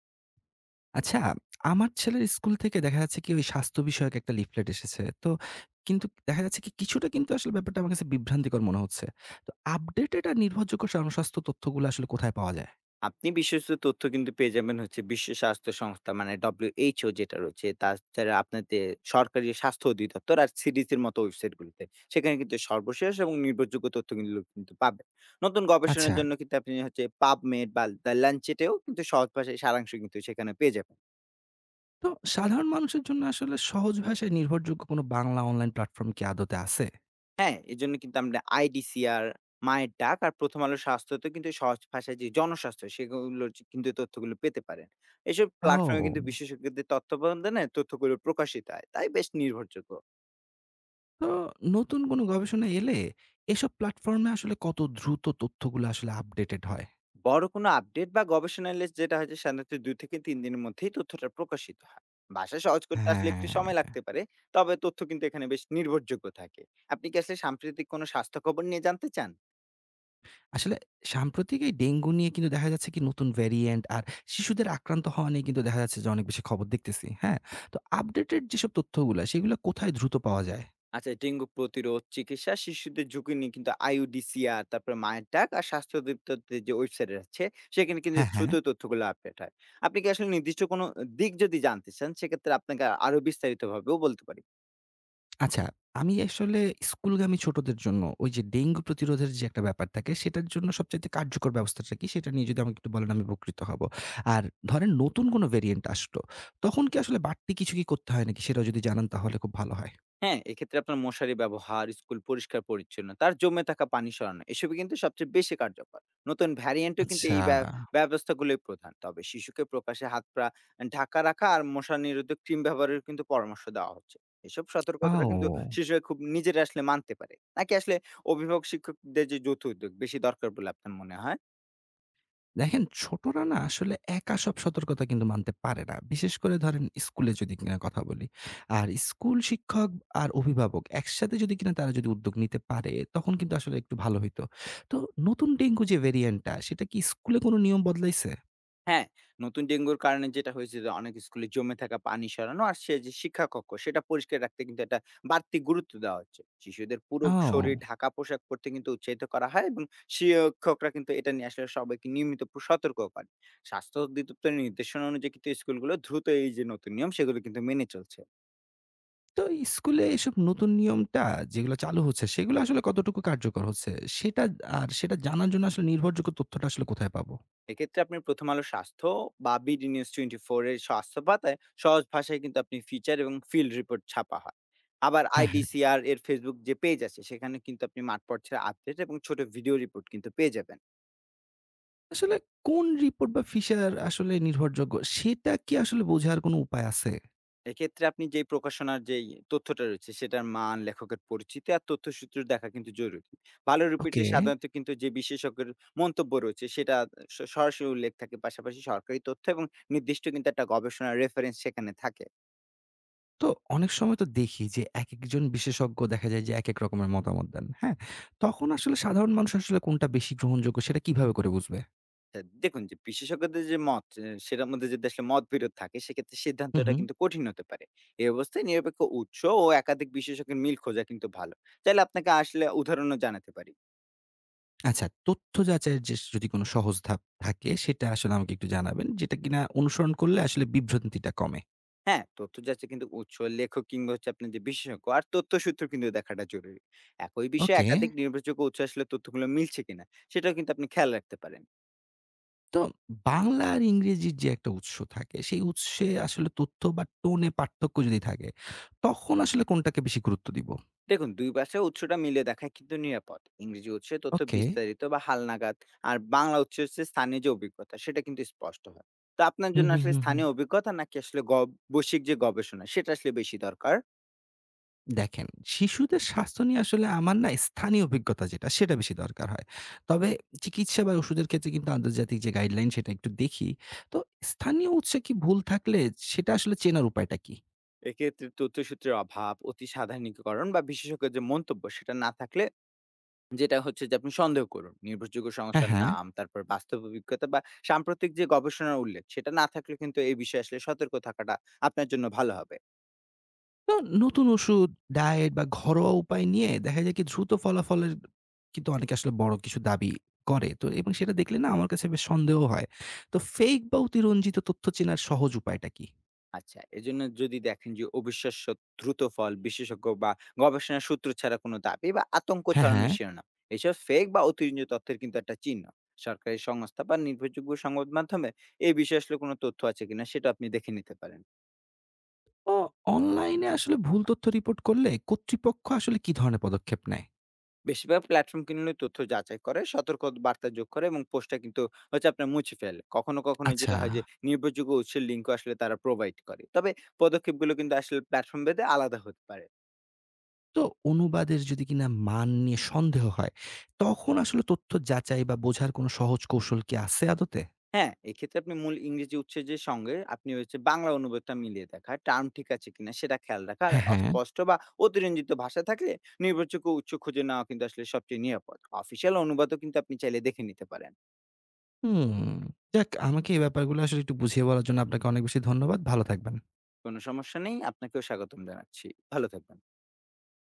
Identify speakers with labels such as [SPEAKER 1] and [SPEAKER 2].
[SPEAKER 1] আচ্ছা, আমার ছেলের স্কুল থেকে দেখা যাচ্ছে কি ওই স্বাস্থ্য বিষয়ক একটা লিফলেট এসেছে। তো কিন্তু দেখা যাচ্ছে কি কিছুটা কিন্তু আসলে ব্যাপারটা আমার কাছে বিভ্রান্তিকর মনে হচ্ছে। তো আপডেটেড আর নির্ভরযোগ্য জনস্বাস্থ্য তথ্যগুলো আসলে কোথায় পাওয়া যায়?
[SPEAKER 2] আপনি বিশ্বস্ত তথ্য কিন্তু পেয়ে যাবেন হচ্ছে বিশ্ব স্বাস্থ্য সংস্থা মানে ডব্লিউএইচও যেটা রয়েছে, তাছাড়া আপনাদের সরকারি স্বাস্থ্য অধিদপ্তর আর সিডিসির মতো ওয়েবসাইটগুলোতে সেখানে কিন্তু সর্বশেষ এবং নির্ভরযোগ্য তথ্যগুলো কিন্তু পাবেন। নতুন গবেষণার
[SPEAKER 1] আচ্ছা,
[SPEAKER 2] জন্য কিন্তু আপনি হচ্ছে পাবমেড বা দ্য ল্যান্ডসেটেও কিন্তু সহজ ভাষায় সারাংশ কিন্তু সেখানে পেয়ে যাবেন।
[SPEAKER 1] তো সাধারণ মানুষের জন্য আসলে সহজ ভাষায় নির্ভরযোগ্য কোনো বাংলা অনলাইন প্ল্যাটফর্ম কি আদতে আছে?
[SPEAKER 2] হ্যাঁ, এজন্য কিন্তু আমরা আইডিসিআর, মায়ের ডাক আর ১ম আলো স্বাস্থ্যতে কিন্তু সহজ ভাষায় যে জনস্বাস্থ্য সেগুলোর যে কিন্তু এই তথ্যগুলো পেতে পারেন। এসব প্ল্যাটফর্মে কিন্তু
[SPEAKER 1] ও!
[SPEAKER 2] বিশেষজ্ঞদের তত্ত্বাবধানে তথ্যগুলো প্রকাশিত হয়। তাই বেশ নির্ভরযোগ্য।
[SPEAKER 1] তো নতুন কোনো গবেষণা এলে এসব প্ল্যাটফর্মে আসলে কত দ্রুত তথ্যগুলো আসলে আপডেটেড হয়?
[SPEAKER 2] বড় কোনো আপডেট বা গবেষণা এলে যেটা হয় যে সাধারণত ২ থেকে ৩ দিনের মধ্যেই তথ্যটা প্রকাশিত হয়। ভাষা সহজ করতে আসলে একটু
[SPEAKER 1] হ্যাঁ।
[SPEAKER 2] সময় লাগতে পারে। তবে তথ্য কিন্তু এখানে বেশ নির্ভরযোগ্য থাকে। আপনি কি আসলে সাম্প্রতিক কোনো স্বাস্থ্য খবর নিয়ে জানতে চান?
[SPEAKER 1] আসলে সাম্প্রতিক এই ডেঙ্গু নিয়ে কিন্তু দেখা যাচ্ছে কি নতুন ভেরিয়েন্ট আর শিশুদের আক্রান্ত হওয়া নিয়ে কিন্তু দেখা যাচ্ছে যে অনেক বেশি খবর দেখতেছি। হ্যাঁ? তো আপডেটেড যেসব তথ্যগুলা সেগুলা কোথায় দ্রুত পাওয়া যায়?
[SPEAKER 2] আচ্ছা, ডেঙ্গু প্রতিরোধ, চিকিৎসা, শিশুদের ঝুঁকি নিয়ে কিন্তু আইইউডিসিআর, তারপরে মায়ের ডাক আর স্বাস্থ্য অধিদপ্তরের যে ওয়েবসাইট আছে সেখানে কিন্তু
[SPEAKER 1] হ্যাঁ, হ্যাঁ।
[SPEAKER 2] দ্রুত তথ্যগুলো আপডেট হয়। আপনি কি আসলে নির্দিষ্ট কোনো দিক যদি জানতে চান, সেক্ষেত্রে আপনাকে আরো বিস্তারিতভাবেও বলতে পারি।
[SPEAKER 1] আচ্ছা, আমি আসলে স্কুলগামী ছোটদের জন্য ওই যে ডেঙ্গু প্রতিরোধের যে একটা ব্যাপার থাকে সেটার জন্য সবচাইতে কার্যকর ব্যবস্থাটা কি সেটা নিয়ে যদি আমাকে একটু বলেন আমি উপকৃত হব। আর ধরেন নতুন কোনো ভেরিয়েন্ট আসলো, তখন কি আসলে বাড়তি কিছু কি করতে হয় নাকি সেটাও যদি জানান তাহলে খুব ভালো হয়।
[SPEAKER 2] হ্যাঁ, এক্ষেত্রে আপনার মশারি ব্যবহার, স্কুল পরিষ্কার পরিচ্ছন্নতা আর জমে থাকা পানি সরানো এসবই কিন্তু সবচেয়ে বেশি কার্যকর। নতুন ভ্যারিয়েন্টও কিন্তু
[SPEAKER 1] আচ্ছা।
[SPEAKER 2] এই ব্যবস্থাগুলোই প্রধান। তবে শিশুকে প্রকাশ্যে হাত পা ঢাকা রাখা আর মশা নিরোধক ক্রিম ব্যবহারের কিন্তু পরামর্শ দেওয়া হচ্ছে। এসব সতর্কতা কিন্তু
[SPEAKER 1] ও!
[SPEAKER 2] শিশুরা খুব নিজেরা আসলে মানতে পারে। নাকি আসলে অভিভাবক শিক্ষকদের যে যৌথ উদ্যোগ বেশি দরকার বলে আপনার মনে হয়?
[SPEAKER 1] দেখেন ছোটরা না আসলে একা সব সতর্কতা কিন্তু মানতে পারে না। বিশেষ করে ধরেন স্কুলে যদি কিনা কথা বলি। আর স্কুল শিক্ষক আর অভিভাবক একসাথে যদি কিনা তারা যদি উদ্যোগ নিতে পারে তখন কিন্তু আসলে একটু ভালো হইতো। তো নতুন ডেঙ্গু যে ভেরিয়েন্টটা সেটা কি স্কুলে কোনো নিয়ম বদলাইছে?
[SPEAKER 2] হ্যাঁ, নতুন ডেঙ্গুর কারণে যেটা হয়েছে যে অনেক স্কুলে জমে থাকা পানি সরানো আর সে যে শিক্ষা কক্ষ সেটা পরিষ্কার রাখতে কিন্তু একটা বাড়তি গুরুত্ব দেওয়া হচ্ছে। শিশুদের পুরো শরীর
[SPEAKER 1] ও!
[SPEAKER 2] ঢাকা পোশাক পরতে কিন্তু উৎসাহিত করা হয় এবং শিক্ষকরা কিন্তু এটা নিয়ে আসলে সবাইকে নিয়মিত সতর্ক করে। স্বাস্থ্য অধিদপ্তরের নির্দেশনা অনুযায়ী কিন্তু স্কুলগুলো দ্রুত এই যে নতুন নিয়ম সেগুলো কিন্তু মেনে চলছে।
[SPEAKER 1] তো স্কুলে এসব নতুন নিয়মটা যেগুলো চালু হচ্ছে সেগুলো আসলে কতটুকু কার্যকর হচ্ছে? সেটা আর সেটা জানার জন্য আসলে নির্ভরযোগ্য তথ্যটা আসলে কোথায় পাবো?
[SPEAKER 2] এক্ষেত্রে আপনি প্রথম আলো স্বাস্থ্য বা বিডি নিউজ টোয়েন্টি ফোর এর স্বাস্থ্য পাতায় সহজ ভাষায় কিন্তু আপনি ফিচার এবং ফিল্ড রিপোর্ট ছাপা হয়। আবার
[SPEAKER 1] হ্যাঁ, হ্যাঁ।
[SPEAKER 2] আইডিসিআর এর ফেসবুক যে পেজ আছে সেখানে কিন্তু আপনি মাঠ পর্যায়ের আপডেট এবং ছোট ভিডিও রিপোর্ট কিন্তু পেয়ে যাবেন।
[SPEAKER 1] আসলে কোন রিপোর্ট বা ফিচার আসলে নির্ভরযোগ্য সেটা কি আসলে বোঝার কোনো উপায় আছে?
[SPEAKER 2] এক্ষেত্রে আপনি যে প্রকাশনার যে তথ্যটা রয়েছে সেটার মান, লেখকের পরিচিতি আর তথ্যসূত্র দেখা কিন্তু জরুরি। ভালো রিপোর্টে
[SPEAKER 1] ওকে।
[SPEAKER 2] সাধারণত কিন্তু যে বিশেষজ্ঞের মন্তব্য রয়েছে সেটা সরাসরি উল্লেখ থাকে, পাশাপাশি সরকারি তথ্য এবং নির্দিষ্ট কিন্তু একটা গবেষণার রেফারেন্স সেখানে থাকে।
[SPEAKER 1] তো অনেক সময় তো দেখি যে একেকজন বিশেষজ্ঞ দেখা যায় যে একেক রকমের মতামত দেন। হ্যাঁ? তখন আসলে সাধারণ মানুষ আসলে কোনটা বেশি গ্রহণযোগ্য সেটা কিভাবে করে বুঝবে?
[SPEAKER 2] আচ্ছা, দেখুন যে বিশেষজ্ঞদের যে মত এ সেটার মধ্যে যদি আসলে মতবিরোধ থাকে, সেক্ষেত্রে
[SPEAKER 1] হুম,
[SPEAKER 2] সিদ্ধান্তটা
[SPEAKER 1] হুম।
[SPEAKER 2] কিন্তু কঠিন হতে পারে। এই অবস্থায় নিরপেক্ষ উৎস ও একাধিক বিশেষজ্ঞের মিল খোঁজা কিন্তু ভালো। চাইলে আপনাকে আসলে উদাহরণও জানাতে পারি।
[SPEAKER 1] আচ্ছা, তথ্য যাচাইয়ের যে যদি কোনো সহজ ধাপ থাকে সেটা আসলে আমাকে একটু জানাবেন যেটা কিনা অনুসরণ করলে আসলে বিভ্রান্তিটা কমে।
[SPEAKER 2] হ্যাঁ, তথ্য যাচাই কিন্তু উৎস, লেখক কিংবা হচ্ছে আপনার যে বিশেষজ্ঞ আর তথ্যসূত্র কিন্তু দেখাটা জরুরি। একই বিষয়ে
[SPEAKER 1] ওকে।
[SPEAKER 2] একাধিক নির্ভরযোগ্য উৎস আসলে তথ্যগুলো মিলছে কিনা সেটাও কিন্তু আপনি খেয়াল রাখতে পারেন।
[SPEAKER 1] তো বাংলা আর ইংরেজির যে একটা উৎস থাকে, সেই উৎসে আসলে তথ্য বা টোনে পার্থক্য যদি থাকে, তখন আসলে কোনটাকে বেশি গুরুত্ব দিব?
[SPEAKER 2] দেখুন, দুই ভাষায় উৎসটা মিলিয়ে দেখা কিন্তু নিরাপদ। ইংরেজি উৎসে তথ্য
[SPEAKER 1] ওকে।
[SPEAKER 2] বিস্তারিত বা হালনাগাদ, আর বাংলা উৎসে হচ্ছে স্থানীয় যে অভিজ্ঞতা সেটা কিন্তু স্পষ্ট হয়। তো আপনার
[SPEAKER 1] হুম,
[SPEAKER 2] জন্য
[SPEAKER 1] হুম,
[SPEAKER 2] আসলে
[SPEAKER 1] হুম, হুম।
[SPEAKER 2] স্থানীয় অভিজ্ঞতা নাকি আসলে বৈশ্বিক যে গবেষণা সেটা আসলে বেশি দরকার?
[SPEAKER 1] দেখেন, শিশুদের স্বাস্থ্য নিয়ে আসলে আমার না স্থানীয় অভিজ্ঞতা যেটা, সেটা বেশি দরকার হয়। তবে চিকিৎসা বা ওষুধের ক্ষেত্রে কিন্তু আন্তর্জাতিক যে গাইডলাইন সেটা একটু দেখি। তো স্থানীয় উৎসে কি ভুল থাকলে সেটা আসলে চেনার উপায়টা কি?
[SPEAKER 2] এক্ষেত্রে তথ্যসূত্রের অভাব, অতি সাধারণীকরণ বা বিশেষজ্ঞের যে মন্তব্য সেটা না থাকলে, যেটা হচ্ছে যে আপনি সন্দেহ করুন। নির্ভরযোগ্য
[SPEAKER 1] হ্যাঁ,
[SPEAKER 2] সংস্থার
[SPEAKER 1] হ্যাঁ।
[SPEAKER 2] নাম, তারপর বাস্তব অভিজ্ঞতা বা সাম্প্রতিক যে গবেষণার উল্লেখ সেটা না থাকলে কিন্তু এই বিষয়ে আসলে সতর্ক থাকাটা আপনার জন্য ভালো হবে।
[SPEAKER 1] তো নতুন ওষুধ, ডায়েট বা ঘরোয়া উপায় নিয়ে দেখা যায় কি দ্রুত ফলাফলের কিন্তু অনেকে আসলে বড় কিছু দাবি করে। তো এবং সেটা দেখলে না আমার কাছে বেশ সন্দেহ হয়। তো ফেক বা অতিরঞ্জিত তথ্য চেনার সহজ উপায়টা কি?
[SPEAKER 2] আচ্ছা, এজন্য যদি দেখেন যে অবিশ্বাস্য দ্রুত ফল, বিশেষজ্ঞ বা গবেষণার সূত্র ছাড়া কোনো দাবি বা আতঙ্ক
[SPEAKER 1] হ্যাঁ,
[SPEAKER 2] ছড়ানো
[SPEAKER 1] হ্যাঁ।
[SPEAKER 2] শিরোনাম। এসব ফেক বা অতিরঞ্জিত তথ্যের কিন্তু একটা চিহ্ন। সরকারি সংস্থা বা নির্ভরযোগ্য সংবাদ মাধ্যমে এই বিষয়ে আসলে কোনো তথ্য আছে কিনা সেটা আপনি দেখে নিতে পারেন।
[SPEAKER 1] অ অনলাইনে আসলে ভুল তথ্য রিপোর্ট করলে কর্তৃপক্ষ আসলে কি ধরনের পদক্ষেপ নেয়?
[SPEAKER 2] বেশিরভাগ প্ল্যাটফর্ম কিন্তু তথ্য যাচাই করে, সতর্ক বার্তা যোগ করে এবং পোস্টটা কিন্তু হচ্ছে আপনার মুছে ফেলে। কখনো, কখনো
[SPEAKER 1] আচ্ছা।
[SPEAKER 2] যেটা হয় যে নির্ভরযোগ্য উৎসের লিঙ্কও আসলে তারা প্রোভাইড করে। তবে পদক্ষেপগুলো কিন্তু আসলে প্ল্যাটফর্ম ভেদে আলাদা হতে পারে।
[SPEAKER 1] তো অনুবাদের যদি কিনা মান নিয়ে সন্দেহ হয়, তখন আসলে তথ্য যাচাই বা বোঝার কোনো সহজ কৌশল কি আছে আদতে?
[SPEAKER 2] হ্যাঁ, এক্ষেত্রে আপনি মূল ইংরেজি উচ্চারণের সঙ্গে আপনি হচ্ছে বাংলা অনুবাদটা মিলিয়ে দেখা, টার্ম ঠিক আছে কিনা সেটা খেয়াল রাখা। আর
[SPEAKER 1] হ্যাঁ, হ্যাঁ।
[SPEAKER 2] অস্পষ্ট বা অতিরঞ্জিত ভাষা থাকলে নির্ভরযোগ্য উৎস খুঁজে নেওয়া কিন্তু আসলে সবচেয়ে নিরাপদ। অফিসিয়াল অনুবাদও কিন্তু আপনি চাইলে দেখে নিতে পারেন।
[SPEAKER 1] হুম। যাক আমাকে এই ব্যাপারগুলো আসলে একটু বুঝিয়ে বলার জন্য আপনাকে অনেক বেশি ধন্যবাদ। ভালো থাকবেন।
[SPEAKER 2] কোনো সমস্যা নেই। আপনাকেও স্বাগতম জানাচ্ছি। ভালো থাকবেন।